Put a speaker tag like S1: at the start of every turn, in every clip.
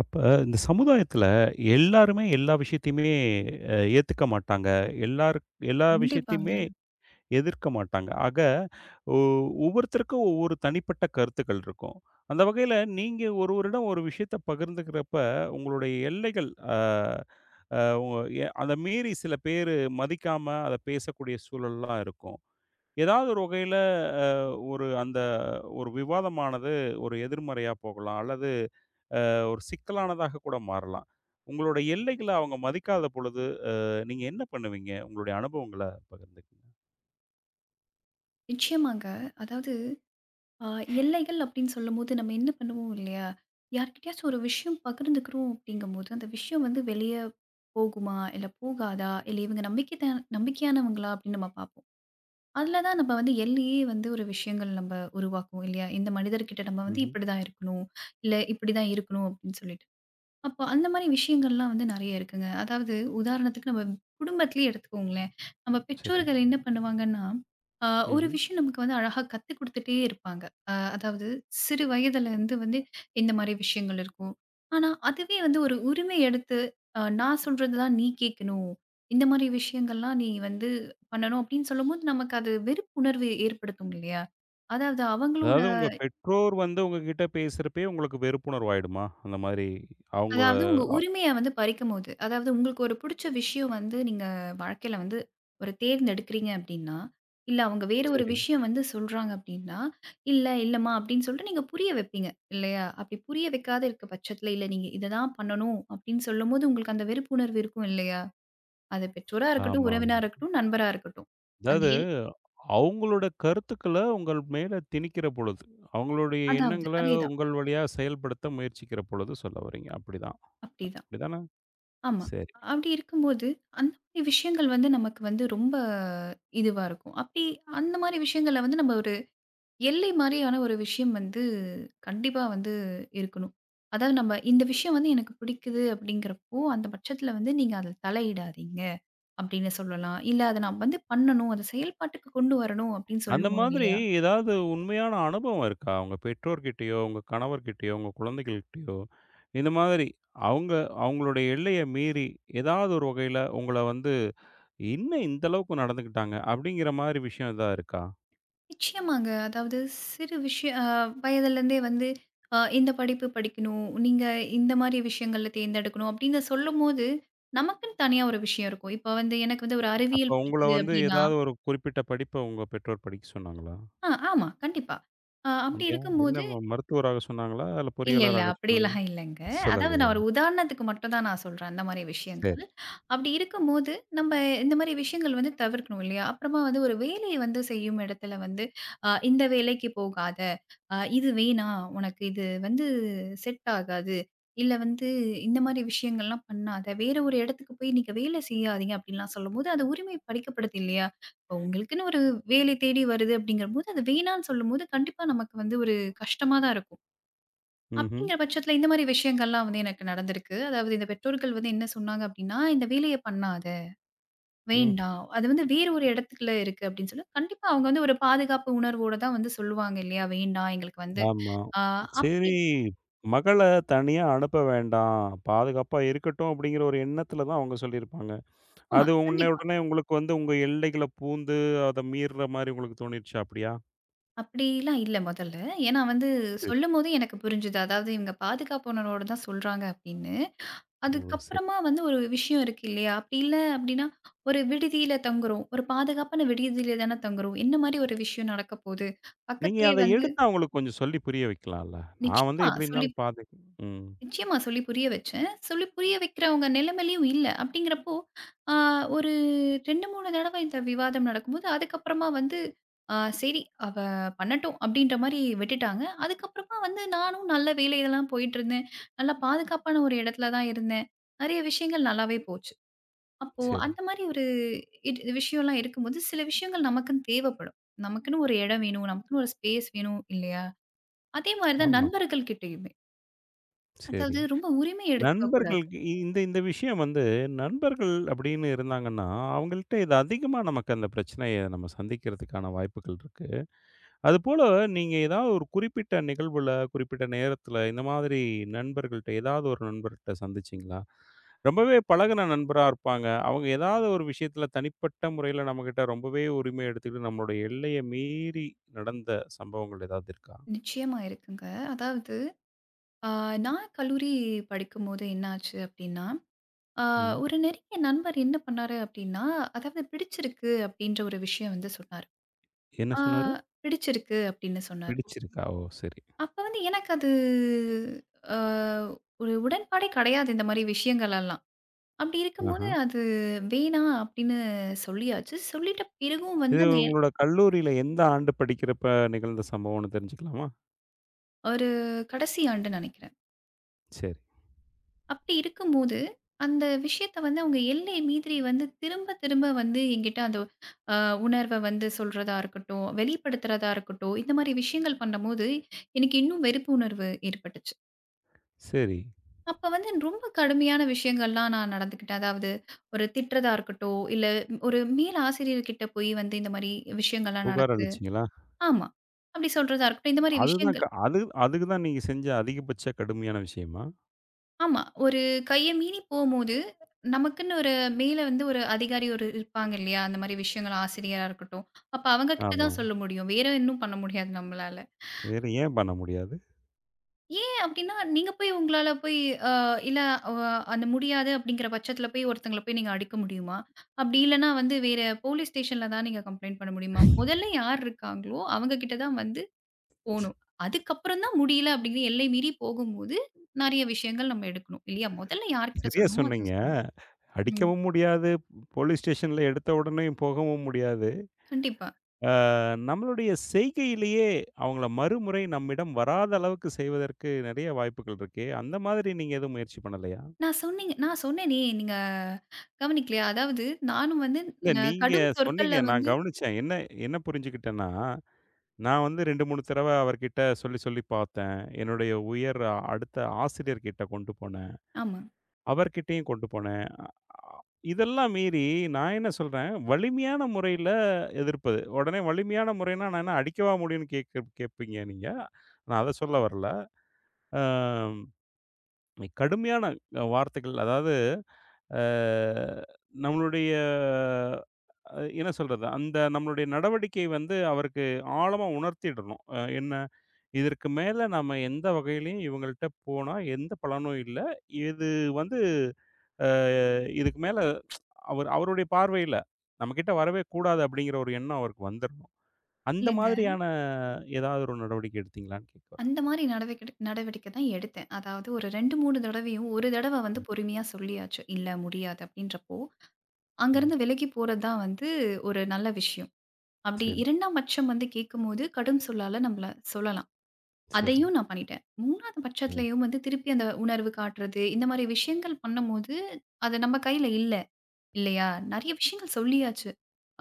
S1: அப்ப இந்த சமுதாயத்துல எல்லாருமே எல்லா விஷயத்தையுமே ஏத்துக்க மாட்டாங்க. எல்லாரு எல்லா
S2: கண்டிப்பாங்க.
S1: விஷயத்தையுமே எதிர்க்க மாட்டாங்க. ஆக ஒ ஒவ்வொருத்தருக்கும் ஒவ்வொரு தனிப்பட்ட கருத்துக்கள் இருக்கும். அந்த வகையில நீங்க ஒருவரிடம் ஒரு விஷயத்த பகிர்ந்துக்கிறப்ப, உங்களுடைய எல்லைகள் அ அ உங்க எ அத மீறி சில பேரு மதிக்காம அத பேசக்கூடிய சூழல்லாம் இருக்கும். ஏதாவது ஒரு வகையில அ ஒரு அந்த ஒரு விவாதமானது ஒரு எதிர்மறையா போகலாம். அல்லது ஒரு சிக்கலானதாக கூட மாறலாம். உங்களோட எல்லைகள அவங்க மதிக்காத பொழுது, நீங்க என்ன பண்ணுவீங்க? உங்களுடைய அனுபவங்கள பகிர்ந்துக்கங்க.
S2: நிச்சயமாங்க. அதாவது அ எல்லைகள் அப்படின்னு சொல்லும்போது நம்ம என்ன பண்ணுவோம் இல்லையா? யார்கிட்டயாச்சும் ஒரு விஷயம் பகிர்ந்துக்கிறோம் அப்படிங்கும்போது, அந்த விஷயம் வந்து வெளிய போகுமா? இல்ல போகாதா? இல்ல இவங்க நம்பிக்கையானவங்களா? அப்படின்னு நம்ம பார்ப்போம். அதுல தான் நம்ம வந்து எல்லையே வந்து ஒரு விஷயங்கள் நம்ம உருவாக்குவோம் இல்லையா? இந்த மனிதர்கிட்ட நம்ம வந்து
S1: ம்ஹ்ம்.
S2: இப்படிதான் இருக்கணும். இல்ல இப்படிதான் இருக்கணும் அப்படின்னு சொல்லிட்டு. அப்போ அந்த மாரி விஷயங்கள்லாம் வந்து நெறைய இருக்குங்க. அதாவது உதாரணத்துக்கு நம்ம குடும்பத்திலேயே எடுத்துக்கோங்களேன். நம்ம
S1: சரி.
S2: பெற்றோர்கள் என்ன பண்ணுவாங்கன்னா, அ ஒரு
S1: ம்ஹ்ம்.
S2: விஷயம் நமக்கு வந்து அழகா கத்துக் குடுத்துட்டே இருப்பாங்க. அதாவது சிறு வயதிலருந்து வந்து இந்த மாரி விஷயங்கள் இருக்கும். ஆனா, அதுவே வந்து ஒரு உரிமை எடுத்து நான் சொல்றது தான் நீ கேட்கணும். இந்த மாரி விஷயங்கள்லாம் நீ வந்து பண்ணணும் அப்படின்னு சொல்லும்போது, நமக்கு அது வெறுப்புணர்வு ஏற்படுத்தும் இல்லையா? அதாவது அவங்களோட
S1: அதாவது உங்க பெற்றோர் வந்து உங்ககிட்ட பேசுறப்பயே உங்களுக்கு வெறுப்புணர்வு ஆயிடுமா? அந்த மாரி அவங்க
S2: அதாவது உங்க
S1: அ
S2: உரிமைய வந்து பறிக்கும்போது, அதாவது உங்களுக்கு ஒரு புடிச்ச விஷயம் வந்து நீங்க வாழ்க்கையில வந்து ஒரு தேர்ந்தெடுக்கிறீங்க அப்டின்னா, இல்ல அவங்க வேற ஒரு
S1: சரி.
S2: விஷயம் வந்து சொல்றாங்க அப்டின்னா, "இல்ல, இல்லம்மா" அப்டின்னு சொல்லிட்டு நீங்க புரிய வைப்பீங்க இல்லையா? அப்படி புரிய வைக்காத இருக்க பட்சத்தில, "இல்ல நீங்க இத தான் பண்ணணும்" அப்டின்னு சொல்லும்போது உங்களுக்கு அந்த வெறுப்புணர்வு இருக்கும் இல்லையா? அது பெற்றோரா இருக்கட்டும்,
S1: ஆமா.
S2: உறவினரா இருக்கட்டும், நண்பரா இருக்கட்டும். அந்த
S1: அதாவது
S2: எல்
S1: அவங்களோட கருத்துக்கள உங்கள் மேல திணிக்கிற பொழுது, அவங்களுடைய
S2: அதாவது
S1: எண்ணங்கள
S2: அதேதான்.
S1: உங்கள் வழியா செயல்படுத்த முயற்சிக்கிற பொழுது சொல்ல வர்றீங்க. அப்படிதான்.
S2: அப்படிதான்.
S1: அப்படிதானே?
S2: ஆமா.
S1: சரி.
S2: அப்படி இருக்கும்போது, அந்த மாதிரி விஷயங்கள் வந்து நமக்கு வந்து ரொம்ப இதுவா இருக்கும். அப்படி அந்த மாரி விஷயங்கள்ல வந்து நம்ம ஒரு எல்லை மாரியான ஒரு விஷயம் வந்து கண்டிப்பா வந்து இருக்கணும். அதாவது நம்ம இந்த விஷயம் வந்து எனக்கு பிடிக்குது அப்படிங்கிறப்போ, அந்த பட்சத்தில வந்து நீங்க அதில தலையிடாதீங்க அப்படின்னு சொல்லலாம். இல்ல அத நான் வந்து பண்ணணும். அத செயல்பாட்டுக்கு கொண்டு வரணும் அப்படின்னு
S1: அந்த
S2: சொல்லுவோம்
S1: மாதிரி
S2: இல்லையா?
S1: ஏதாவது உண்மையான அனுபவம் இருக்கா? உங்க பெற்றோர்கிட்டயோ, உங்க கணவர்கிட்டயோ, உங்க குழந்தைகள்கிட்டயோ, இந்த மாதிரி அவங்க அவங்களுடைய எல்லைய மீறி ஏதாவது ஒரு வகையில உங்கள வந்து, "என்ன இந்த அளவுக்கு நடந்துக்கிட்டாங்க?" அப்படிங்கிற மாரி விஷயம் எதா இருக்கா?
S2: நிச்சயமாங்க. அதாவது சிறு விஷய அ வயதிலேருந்தே வந்து இந்த படிப்பு படிக்கணும், நீங்க இந்த மாரி விஷயங்கள்ல தேர்ந்தெடுக்கணும் அப்படின்னு சொல்லும்போது, நமக்குன்னு தனியா ஒரு விஷயம் இருக்கும். இப்ப வந்து எனக்கு வந்து ஒரு
S1: அப்ப
S2: அறிவியல்
S1: உங்கள
S2: பிடிக்குது
S1: வந்து
S2: அப்படின்னா
S1: ஏதாவது ஒரு குறிப்பிட்ட படிப்ப உங்க பெற்றோர் படிக்க சொன்னாங்களா?
S2: ஆமா, கண்டிப்பா. அப்படி
S1: அப்படியா? என்ன
S2: இருக்கும்போது
S1: மருத்துவராக சொன்னாங்களா? இல்ல
S2: இல்ல, இல்ல.
S1: பொறியாளராக சொன்னாங்களா?
S2: அப்படியெல்லாம் இல்லங்க. அதாவது
S1: சொல்லலையா?
S2: நான் ஒரு உதாரணத்துக்கு மட்டும் தான் நான் சொல்றேன், அந்த மாரி
S1: சரி.
S2: விஷயங்கள். அப்படி இருக்கும்போது, நம்ம இந்த மாரி விஷயங்கள் வந்து தவிர்க்கணும் இல்லையா? அப்புறமா வந்து ஒரு வேலைய வந்து செய்யும் இடத்துல வந்து, இந்த வேலைக்கு போகாத, இது வேணாம், உனக்கு இது வந்து செட் ஆகாது. இல்ல வந்து இந்த மாரி விஷயங்கள்லாம் பண்ணாத. வேற ஒரு இடத்துக்கு போய் நீங்க வேலை செய்யாதீங்க அப்படின்லாம் சொல்லும்போது, அது உரிமை பறிக்கப்படுது இல்லையா? இப்போ உங்களுக்குன்னு ஒரு வேலை தேடி வருது அப்படிங்கிறபோது, அது வேணான்னு சொல்லும்போது, கண்டிப்பா நமக்கு வந்து ஒரு கஷ்டமா தான் இருக்கும்.
S1: ம்ஹ்ம்.
S2: அப்படிங்கிற பட்சத்தில இந்த மாரி விஷயங்கள்லாம் வந்து எனக்கு நடந்திருக்கு. அதாவது இந்த பெற்றோர்கள் வந்து என்ன சொன்னாங்க அப்படின்னா, "இந்த வேலைய பண்ணாத,
S1: ம்.
S2: வேண்டாம். அது வந்து வேறு ஒரு இடத்துல இருக்கு." அப்படின்னு சொல்லி கண்டிப்பா அவங்க வந்து ஒரு பாதுகாப்பு உணர்வோட தான் வந்து சொல்லுவாங்க இல்லையா? "வேண்டாம் எங்களுக்கு வந்து"
S1: ஆமா.
S2: ஆ அப்படி
S1: சரி, மகள தனியா அனுப்ப வேண்டாம். பாதுகாப்பா இருக்கட்டும் அப்படிங்கிற ஒரு எண்ணத்துல தான் அவங்க சொல்லியிருப்பாங்க.
S2: ஆமா.
S1: அது உடனே
S2: கண்டிப்பா.
S1: உடனே உங்களுக்கு வந்து உங்க எல்லைகள பூந்து அத மீறுற மாரி உங்களுக்கு தோணிருச்சா அப்படியா?
S2: அப்படிலாம் இல்ல மொதல்ல. ஏன்னா வந்து
S1: சரி.
S2: சொல்லும்போது எனக்கு புரிஞ்சுது. அதாவது இவங்க பாதுகாப்பு உணர்வோட தான் சொல்றாங்க அப்படின்னு.
S1: ஓ! சரி.
S2: அதுக்கப்புறமா வந்து ஒரு விஷயம் இருக்கு இல்லையா? அப்படி இல்ல அப்படின்னா, ஒரு விடுதியில தங்குறோம். ஒரு பாதுகாப்பான விடுதியில தான தங்குறோம். என்ன மாரி ஒரு விஷயம் நடக்க போது?
S1: நீங்க
S2: பக்கத்திலேயே
S1: அத
S2: வந்து
S1: எடுத்து அவங்களுக்கு கொஞ்சம் சொல்லி புரிய வைக்கலாம்ல. நான் வந்து
S2: நிச்சயமா
S1: எப்படி
S2: சொல்லி
S1: இருந்தாலும் பாத்து ம்.
S2: நிச்சயமா சொல்லி புரிய வச்சேன். சொல்லி புரிய வைக்கிறவங்க நிலைமையிலயும் இல்ல. அப்படிங்கிறப்போ, ஆ ஒரு 2, 3 தடவை இந்த விவாதம் நடக்கும்போது, அதுக்கப்புறமா வந்து சரி அவ பண்ணட்டும் அப்படின்ற மாரி விட்டுட்டாங்க. அதுக்கப்புறமா வந்து நானும் நல்ல வேலையில தான் போயிட்டுருந்தேன். நல்லா பாதுகாப்பான ஒரு இடத்துல தான் இருந்தேன். நெறைய விஷயங்கள் நல்லாவே போச்சு. அப்போ
S1: சரி.
S2: அந்த மாரி ஒரு விஷயம்லாம் இருக்கும்போது, சில விஷயங்கள் நமக்குன்னு தேவைப்படும். நமக்குன்னு ஒரு இடம் வேணும், நமக்குன்னு ஒரு ஸ்பேஸ் வேணும் இல்லையா? அதே மாரி தான்
S1: ஆமா.
S2: நண்பர்கள் கிட்டயுமே.
S1: சரி.
S2: அதாவது ரொம்ப உரிமை எடுத்துக்க கூடாது.
S1: நண்பர்களுக்கு இ- இந்த இந்த விஷயம் வந்து நண்பர்கள் அப்படின்னு இருந்தாங்கன்னா, அவங்கள்ட்ட இது அதிகமா நமக்கு அந்த பிரச்சனைய நம்ம சந்திக்கிறதுக்கான வாய்ப்புகள் இருக்கு. அதுபோல நீங்க ஏதாவது ஒரு குறிப்பிட்ட நிகழ்வுல, குறிப்பிட்ட நேரத்துல இந்த மாதிரி நண்பர்கள்ட்ட ஏதாவது ஒரு நண்பர்ட்ட சந்திச்சீங்களா? ரொம்பவே பழகுன நண்பரா இருப்பாங்க. அவங்க ஏதாவது ஒரு விஷயத்துல தனிப்பட்ட முறையில நம்மகிட்ட ரொம்பவே உரிமை எடுத்துக்கிட்டு நம்மளோட எல்லைய மீறி நடந்த சம்பவங்கள் ஏதாவது இருக்கா?
S2: நிச்சயமா இருக்குங்க. அதாவது அ நான் கல்லூரி படிக்கும்போது என்ன ஆச்சு அப்டின்னா, அ
S1: ம்.
S2: ஒரு நெருங்கிய நண்பர் என்ன பண்ணாரு அப்டின்னா, அதாவது பிடிச்சிருக்கு அப்டின்ற ஒரு விஷயம் வந்து சொன்னாரு.
S1: என்ன
S2: ஆ
S1: சொன்னாரு?
S2: பிடிச்சிருக்கு அப்டின்னு சொன்னாரு.
S1: பிடிச்சிருக்கா? ஓ! சரி.
S2: அப்ப வந்து எனக்கு அது அ ஒரு உடன்பாடே கெடையாது இந்த மாரி விஷயங்கள் எல்லாம். அப்படி இருக்கும்போது,
S1: ஆஹா.
S2: அது வேணாம் அப்படின்னு சொல்லியாச்சு. சொல்லிட்ட பிறகும் வந்து
S1: இது
S2: அந்த எல்
S1: உங்களோட கல்லூரியில எந்த ஆண்டு படிக்கிறப்ப நிகழ்ந்த சம்பவம்னு தெரிஞ்சுக்கலாமா?
S2: ஒரு கடைசி ஆண்டு நெனைக்கிறேன்.
S1: சரி,
S2: அப்படி இருக்கும்போது, அந்த விஷயத்த வந்து அவங்க எல்லை மீறி வந்து திரும்ப திரும்ப வந்து என்கிட்ட அந்த அ உணர்வ வந்து சொல்றதா இருக்கட்டும், வெளிப்படுத்துறதா இருக்கட்டும், இந்த மாரி விஷயங்கள் பண்ணும்போது, எனக்கு இன்னும் வெறுப்பு உணர்வு ஏற்பட்டுச்சு.
S1: சரி.
S2: அப்ப வந்து ரொம்ப கடுமையான விஷயங்கள்லாம் நான் நடந்துக்கிட்டேன். அதாவது ஒரு திட்டுறதா இருக்கட்டும், இல்ல ஒரு மேல் ஆசிரியர்கிட்ட போய் வந்து இந்த மாரி விஷயங்கள்லாம்
S1: புகார்
S2: நடக்குது.
S1: அளிச்சீங்களா?
S2: ஆமா. அப்படி சொல்றதா இருக்கட்டும். இந்த மாரி
S1: அதுதான் க
S2: விஷயங்கள்.
S1: அது அதுக்கு தான் நீங்க செஞ்ச அதிகபட்ச கடுமையான விஷயமா?
S2: ஆமா. ஒரு கைய மீறி போம்போது, நமக்குன்னு ஒரு மேல வந்து ஒரு அதிகாரி ஒரு இருப்பாங்க இல்லையா? அந்த மாரி விஷயங்கள் ஆசிரியரா இருக்கட்டும். அப்ப அவங்க கிட்ட
S1: ஆமா.
S2: தான் சொல்ல முடியும். வேற இன்னும் பண்ண முடியாது நம்மளால.
S1: வேற ஏன் பண்ண முடியாது?
S2: ஏன் அப்படின்னா, நீங்க போய் உங்களால போய் அ இல்ல அ அந்த முடியாது அப்படிங்கிற பட்சத்தில போய் ஒருத்தங்கள போய் நீங்க அடிக்க முடியுமா? அப்படி இல்லன்னா வந்து வேற போலீஸ் ஸ்டேஷன்ல தான் நீங்க கம்ப்ளைண்ட் பண்ண முடியுமா? முதல்ல யார் இருக்காங்களோ அவங்க கிட்ட தான் வந்து போணும். அதுக்கப்புறம் தான் முடியல அப்படிங்கிற எல்லை மீறி போகும்போது, நெறைய விஷயங்கள் நம்ம எடுக்கணும். இல்லையா? முதல்ல யார்கிட்ட
S1: சரியா
S2: சொல்லணுமோ அதான்
S1: சொன்னீங்க.
S2: சொல்லணும். ம்.
S1: அடிக்கவும் முடியாது, போலீஸ் ஸ்டேஷன்ல எடுத்த உடனே போகவும் முடியாது.
S2: கண்டிப்பா.
S1: ஆ நம்மளுடைய செய்கையிலேயே அவங்கள மறுமுறை நம்மிடம் வராத அளவுக்கு செய்வதற்கு நெறைய வாய்ப்புகள் இருக்கே! அந்த மாதிரி நீங்க எதுவும் முயற்சி பண்ணலையா?
S2: நான் சொன்னீங்க நான் சொன்னேனே நீங்க கவனிக்கலையா? அதாவது நானும் வந்து
S1: இல்ல நீங்க
S2: கடும்
S1: சொன்னீங்க
S2: சொற்கள்ல
S1: நான்
S2: வந்து
S1: கவனிச்சேன். என்ன என்ன புரிஞ்சுக்கிட்டேன்னா, நான் வந்து 2, 3 தடவ அவர்கிட்ட சொல்லி சொல்லி பார்த்தேன். என்னுடைய அடுத்த ஆசிரியர்கிட்ட கொண்டு போனேன்.
S2: ஆமா.
S1: அவர்கிட்டயும் கொண்டு போனேன். அ இதெல்லாம் மீறி நான் என்ன சொல்றேன், வலிமையான முறையில எதிர்ப்பது. உடனே வலிமையான முறைன்னா, நான் என்ன அடிக்கவா முடியும்ன்னு கேட்பீங்க நீங்க. நான் அத சொல்ல வரல. அம் கடுமையான வார்த்தைகள் அதாவது அ நம்மளுடைய என்ன சொல்றது, அந்த நம்மளுடைய நடவடிக்கை வந்து அவருக்கு ஆழமா உணர்த்திடணும். என்ன இதற்கு மேல நம்ம எந்த வகையிலயும் இவங்கள்ட்ட போனா எந்த பலனும் இல்ல. இது வந்து அ இதுக்கு மேல அவருடைய பார்வையில, நம்மகிட்ட வரவே கூடாது அப்படிங்கிற ஒரு எண்ணம் அவருக்கு வந்துரணும். அந்த
S2: இல்லங்க.
S1: மாதிரியான ஏதாவது ஒரு நடவடிக்கை எடுத்தீங்களான்னு கேட்க வரேன்.
S2: அந்த மாரி நடவடிக்கை நடவடிக்கை தான் எடுத்தேன். அதாவது ஒரு 2, 3 தடவையும் ஒரு தடவ வந்து
S1: ம்,
S2: பொறுமையா சொல்லியாச்சு. "இல்ல முடியாது" அப்படின்றப்போ,
S1: ம்.
S2: அங்கருந்து விலகி போறது தான் வந்து ஒரு நல்ல விஷயம். அப்படி
S1: சரி,
S2: 2ஆம் பட்சம் வந்து கேட்கும்போது கடும் சொல்லால நம்மள சொல்லலாம்.
S1: சரி.
S2: அதையும் நான் பண்ணிட்டேன். 3வது
S1: ம்.
S2: பட்சத்திலயும் வந்து திருப்பி அந்த உணர்வு காட்டுறது, இந்த மாரி விஷயங்கள் பண்ணும்போது, அது நம்ம கையில இல்ல, இல்லையா? நெறைய விஷயங்கள் சொல்லியாச்சு.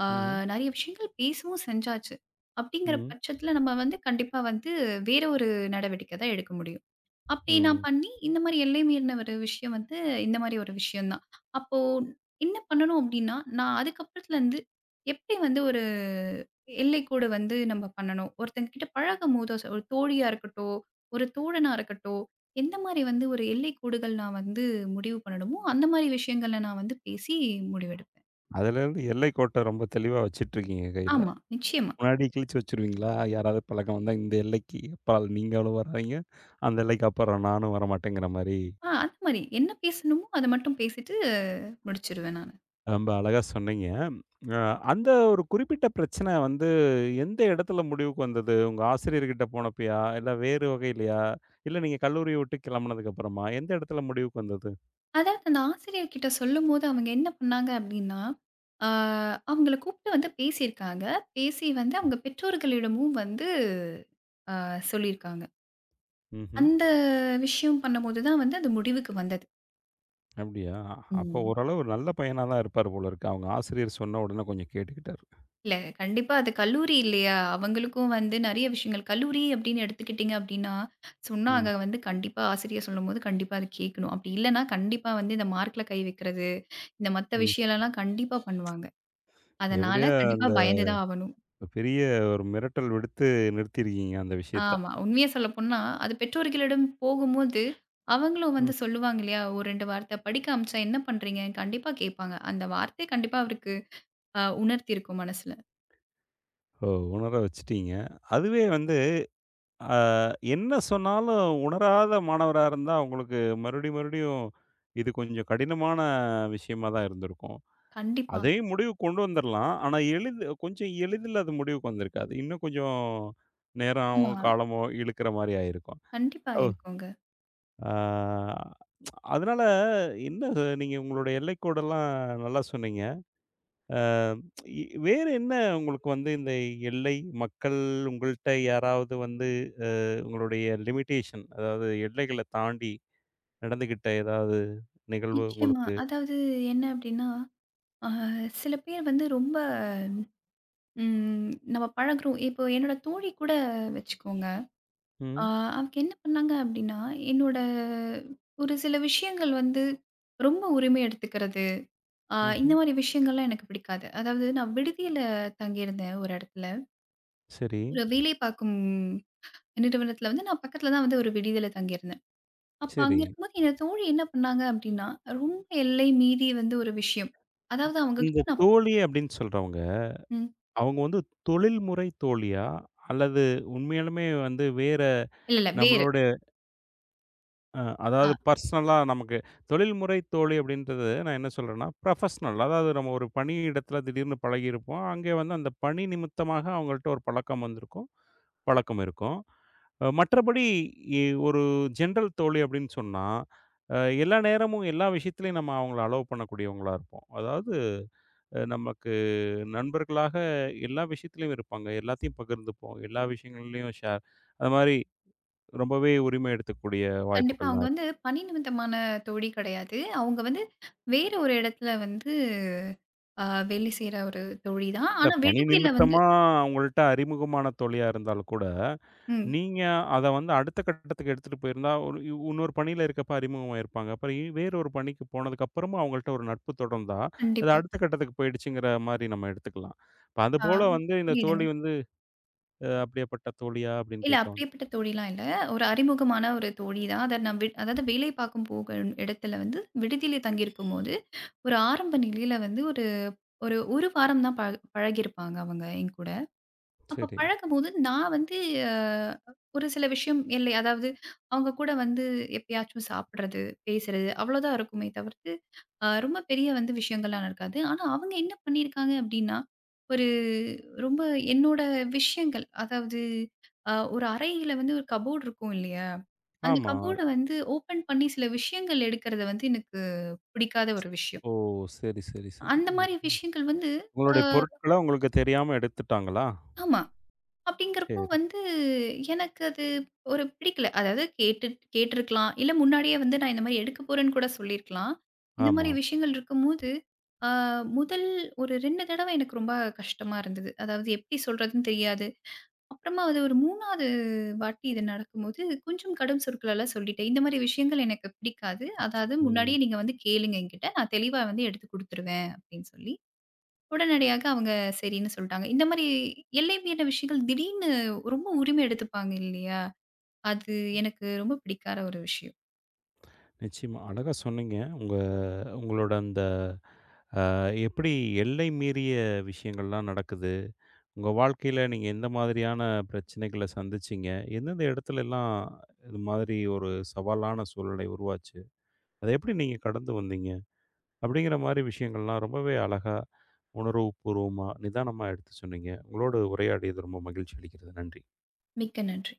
S2: ஆ
S1: ம்ஹ்ம்.
S2: நெறைய விஷயங்கள் பேசவும் செஞ்சாச்சு. அப்படிங்கிற
S1: ம்,
S2: பட்சத்தில நம்ம வந்து கண்டிப்பா வந்து வேற ஒரு நடவடிக்கை தான் எடுக்க முடியும். அப்படி நான்
S1: ம்.
S2: பண்ணி, இந்த மாரி எல்லை மீறின ஒரு விஷயம் வந்து, இந்த மாரி ஒரு விஷயம் தான். அப்போ என்ன பண்ணணும் அப்படின்னா, நான் அதுக்கப்புறத்துலருந்து எப்படி வந்து ஒரு எல்லைக்கோடு வந்து நம்ம பண்ணணும்? ஒருத்தங்க கிட்ட பழகும்போதோ, ஒரு தோழியா இருக்கட்டும், ஒரு தோழனா இருக்கட்டும், எந்த மாரி வந்து ஒரு எல்லைக்கோடுகள் நான் வந்து முடிவு பண்ணணுமோ, அந்த மாரி விஷயங்கள்ல நான் வந்து பேசி முடிவெடுப்பேன்.
S1: அதுலேருந்து எல்லை கோட்ட ரொம்ப தெளிவா வச்சுட்டுருக்கீங்க கையில.
S2: ஆமா, நிச்சயமா.
S1: முன்னாடி கிழிச்சு வச்சுருவீங்களா? யாராவது பழக்கம் வந்தா இந்த எல்லைக்கு அப்பால் நீங்களும் வராதீங்க, அந்த எல்லைக்கு அப்புறம் நானும் வரமாட்டேங்கிற மாரி?
S2: அந்த மாரி என்ன பேசணுமோ, அத மட்டும் பேசிட்டு முடிச்சுருவேன் நான்.
S1: ரொம்ப அழகா சொன்னீங்க. அ அந்த ஒரு குறிப்பிட்ட பிரச்சனை வந்து எந்த இடத்துல முடிவுக்கு வந்தது? உங்க ஆசிரியர்கிட்ட போனப்பயா? இல்ல வேறு வகையிலயா? இல்ல நீங்க கல்லூரிய விட்டு கிளம்புனதுக்கு அப்புறமா? எந்த இடத்துல முடிவுக்கு வந்தது?
S2: அதாவது அந்த ஆசிரியர் கிட்ட சொல்லும்போது அவங்க என்ன பண்ணாங்க அப்டின்னா, ஆ அவங்கள கூப்ட்டு வந்து பேசியிருக்காங்க. பேசி வந்து அவங்க பெற்றோர்களிடமும் வந்து சொல்லியிருக்காங்க.
S1: ம்ஹ்ம்.
S2: அந்த விஷயம் பண்ணும்போது தான் வந்து அது முடிவுக்கு வந்தது.
S1: அப்படியா? அப்போ
S2: ம்.
S1: ஓரளவு ஒரு நல்ல பையனா தான் இருப்பாரு போல இருக்கு. அவங்க ஆசிரியர் சொன்ன உடனே கொஞ்சம் கேட்டுக்கிட்டாரு.
S2: இல்ல கண்டிப்பா அது கல்லூரி இல்லையா? அவங்களுக்கும் வந்து நெறைய விஷயங்கள் கல்லூரி அப்டின்னு எடுத்துக்கிட்டீங்க அப்டின்னா,
S1: ம்.
S2: சொன்னாங்க வந்து கண்டிப்பா ஆசிரியர் சொல்லும்போது கண்டிப்பா அத கேட்கணும். அப்டி இல்லன்னா கண்டிப்பா வந்து இந்த மார்க்ல கை வைக்கிறது, இந்த மத்த
S1: ம்.
S2: விஷயம்லலாம் கண்டிப்பா பண்ணுவாங்க. அதனால
S1: எப்படியோ
S2: கண்டிப்பா
S1: அந்த
S2: பயந்து தான் ஆவணும்.
S1: பெரிய ஒரு மிரட்டல் விடுத்து நிறுத்தியிருக்கீங்க அந்த விஷயத்த.
S2: ஆமா. உண்மைய சொல்லப்போனா, அது பெற்றோர்களிடம் போகும்போது, அவங்களும்
S1: ம்.
S2: வந்து சொல்லுவாங்க இல்லையா? ஒரு 2 வார்த்தை படிக்க அனுப்பிச்சா என்ன பண்றீங்க? கண்டிப்பா கேட்பாங்க. அந்த வார்த்தை கண்டிப்பா அவருக்கு உணர்த்தியிருக்கும் மனசுல.
S1: ஓ! உணர வச்சுட்டீங்க. அதுவே வந்து அ என்ன சொன்னாலும் உணராத மாணவரா இருந்தா, அவங்களுக்கு மறுபடியும், மறுபடியும் இது கொஞ்சம் கடினமான விஷயமா தான் இருந்திருக்கும்.
S2: கண்டிப்பா.
S1: அதே முடிவுக்கு கொண்டு வந்துரலாம். ஆனா, எளிது கொஞ்சம் எளிதில அது முடிவுக்கு வந்திருக்காது. இன்னும் கொஞ்சம் நேரமோ,
S2: ஆமா.
S1: காலமோ இழுக்கிற மாரி ஆயிருக்கும்.
S2: கண்டிப்பா
S1: ஓ!
S2: இருக்குங்க.
S1: ஆ அதனால என்ன நீங்க உங்களுடைய எல்லைக்கோடெல்லாம் நல்லா சொன்னீங்க. அ இ வேறு என்ன உங்களுக்கு வந்து இந்த எல்லை, மக்கள் உங்கள்ட்ட யாராவது வந்து அ உங்களுடைய லிமிட்டேஷன் அதாவது எல்லைகள தாண்டி நடந்துக்கிட்ட ஏதாவது நிகழ்வு
S2: நிச்சயமா.
S1: உங்களுக்கு?
S2: அதாவது என்ன அப்டின்னா, அ சில பேர் வந்து ரொம்ப ம் நம்ம பழகுறோம். இப்போ என்னோட தோழி கூட வச்சுக்கோங்க. அ
S1: ம்.
S2: அவக்கு என்ன பண்ணாங்க அப்டின்னா, என்னோட ஒரு சில விஷயங்கள் வந்து ரொம்ப உரிமை எடுத்துக்கிறது. இந்த
S1: ம்ஹ்ம்.
S2: மாரி விஷயங்கள்லாம் எனக்கு பிடிக்காது. அதாவது நான் விடுதியில தங்கியிருந்தேன் ஒரு இடத்துல.
S1: சரி,
S2: ஒரு வேலை பார்க்கும் நிறுவனத்துல வந்து நான் பக்கத்துல தான் வந்து ஒரு விடுதியில தங்கியிருந்தேன். அப்ப
S1: சரி.
S2: அங்க இருக்கும்போது என்னோட தோழி என்ன பண்ணாங்க அப்டின்னா, ரொம்ப எல்லை மீறி வந்து ஒரு விஷயம். அதாவது அவங்க கிட்ட
S1: அந்த
S2: நான்
S1: தோழி அப்படின்னு சொல்றவங்க,
S2: ம்.
S1: அவங்க வந்து தொழில்முறை தோழியா? அல்லது உண்மையாலுமே வந்து வேற
S2: இல்ல, இல்ல வேறு.
S1: நம்மளோட அ
S2: ஆ
S1: அதாவது பர்சனலா நமக்கு தொழில்முறை தோழி அப்படின்றது நான் என்ன சொல்றேன்னா, ப்ரொஃபஷ்னல். அதாவது நம்ம ஒரு பணியிடத்தில திடீர்னு பழகியிருப்போம். அங்கே வந்து அந்த பணி நிமித்தமாக அவங்கள்ட்ட ஒரு பழக்கம் வந்திருக்கும். பழக்கம் இருக்கும். மற்றபடி இ ஒரு ஜென்ரல் தோழி அப்படின்னு சொன்னா, அ எல்லா நேரமும் எல்லா விஷயத்திலயும் நம்ம அவங்கள அலோவ் பண்ணக்கூடியவங்களா இருப்போம். அதாவது நமக்கு நண்பர்களாக எல்லா விஷயத்திலயும் இருப்பாங்க. எல்லாத்தையும் பகிர்ந்துப்போம். எல்லா விஷயங்கள்லயும் ஷேர் அது மாரி ரொம்பவே உரிமை எடுத்துக்கக்கூடிய
S2: கண்டிப்பா அவங்க
S1: வாய்ப்புகள்லாம் இருக்கு.
S2: வந்து பணி நிமித்தமான தோழி கிடையாது. அவங்க வந்து வேற ஒரு இடத்துல வந்து ஆ வேலை செய்ற ஒரு தோழி தான்.
S1: இல்ல
S2: ஆனா
S1: பணி
S2: விடுதியில வந்து
S1: நிமித்தமா அவங்கள்ட்ட அறிமுகமான தோழியா இருந்தாலும் கூட,
S2: ம்.
S1: நீங்க அத வந்து அடுத்த கட்டத்துக்கு எடுத்துட்டு போயிருந்தா, ஒரு இன்னொரு பணியில இருக்கப்ப அறிமுகமாயிருப்பாங்க. அப்புறம் வேற ஒரு பணிக்கு போனதுக்கப்புறமும் அவங்கள்ட்ட ஒரு நட்பு தொடர்ந்தா, அது
S2: கண்டிப்பா.
S1: அடுத்த கட்டத்துக்கு போயிடுச்சுங்கிற மாரி நம்ம எடுத்துக்கலாம். இப்ப
S2: ஆ
S1: அதுபோல வந்து இந்த
S2: புரியுதுங்க.
S1: தோழி வந்து "அப்படியாப்பட்ட தோழியா?" அப்படின்னு
S2: இல்ல
S1: கேட்க
S2: அப்படியேப்பட்ட தோழிலாம் இல்ல. ஒரு அறிமுகமான ஒரு தோழி தான். அத நான் அதாவது வேலை பார்க்கும் போக இடத்துல வந்து விடுதியில தங்கியிருக்கும்போது, ஒரு ஆரம்ப நிலையில வந்து ஒரு ஒரு 1 வாரம் தான் பழகியிருப்பாங்க அவங்க என்கூட. அப்ப
S1: சரி.
S2: பழகும்போது நான் வந்து அ ஒரு சில விஷயம் எல்லை அதாவது அவங்க கூட வந்து எப்பயாச்சும் சாப்பிடுறது, பேசுறது அவ்வளோதான் இருக்குமே தவிர்த்து, ரொம்ப பெரிய வந்து விஷயங்கள்லாம் நடக்காது. ஆனா அவங்க என்ன பண்ணியிருக்காங்க அப்படின்னா, ஒரு ரொம்ப என்னோட விஷயங்கள் அதாவது ஒரு அறையில வந்து ஒரு கபோர்ட் இருக்கும் இல்லையா? அந்த
S1: ஆமா.
S2: கபோர்ட வந்து ஓப்பன் பண்ணி சில விஷயங்கள் எடுக்கறது வந்து எனக்கு பிடிக்காத ஒரு விஷயம்.
S1: ஓ! சரி, சரி, சரி.
S2: அந்த
S1: ம்,
S2: மாரி
S1: ம்.
S2: விஷயங்கள் வந்து அ
S1: உங்களுடைய பொருட்கள உங்களுக்கு தெரியாம எடுத்துட்டாங்களா?
S2: ஆமா. அப்படிங்கிறப்போ
S1: சரி.
S2: வந்து எனக்கு அது ஒரு பிடிக்கல. அதாவது கேட்டுருக்கலாம். இல்ல முன்னாடியே வந்து நான் இந்த மாரி எடுக்க போறேன்னு கூட சொல்லியிருக்கலாம். இந்த மாரி
S1: ஆமா.
S2: விஷயங்கள் இருக்கும்போது, ஆ முதல் ஒரு 2 தடவ எனக்கு ரொம்ப கஷ்டமா இருந்தது. அதாவது எப்படி சொல்றதுன்னு தெரியாது. அப்புறமா அது ஒரு 3வது வாட்டி இது நடக்கும்போது, கொஞ்சம் கடும் சொற்களால சொல்லிட்டேன். இந்த மாரி விஷயங்கள் எனக்கு பிடிக்காது. அதாவது
S1: ம்.
S2: முன்னாடியே நீங்க வந்து கேளுங்க என்கிட்ட. நான் தெளிவா வந்து எடுத்து குடுத்துருவேன் அப்படின்னு சொல்லி. உடனடியாக அவங்க சரின்னு சொல்ட்டாங்க. இந்த மாரி எல்லை மீறின விஷயங்கள் திடீர்னு ரொம்ப உரிமை எடுத்துப்பாங்க இல்லையா? அது எனக்கு ரொம்ப பிடிக்காத ஒரு விஷயம்.
S1: நிச்சயமா. அழகா சொன்னீங்க. உங்களோட அந்த அ எப்படி எல்லை மீறிய விஷயங்கள்லாம் நடக்குது? உங்க வாழ்க்கையில நீங்க எந்த மாதிரியான பிரச்சனைகள சந்திச்சீங்க? எந்தெந்த இடத்துலலாம் இது மாதிரி ஒரு சவாலான சூழ்நிலை உருவாச்சு? அத எப்படி நீங்க கடந்து வந்தீங்க? அப்படிங்கிற மாரி விஷயங்கள்லாம் ரொம்பவே அழகா, உணர்வுபூர்வமா, நிதானமா எடுத்து சொன்னீங்க. உங்களோடு உரையாடியது ரொம்ப மகிழ்ச்சி அளிக்கிறது. நன்றி.
S2: மிக்க நன்றி.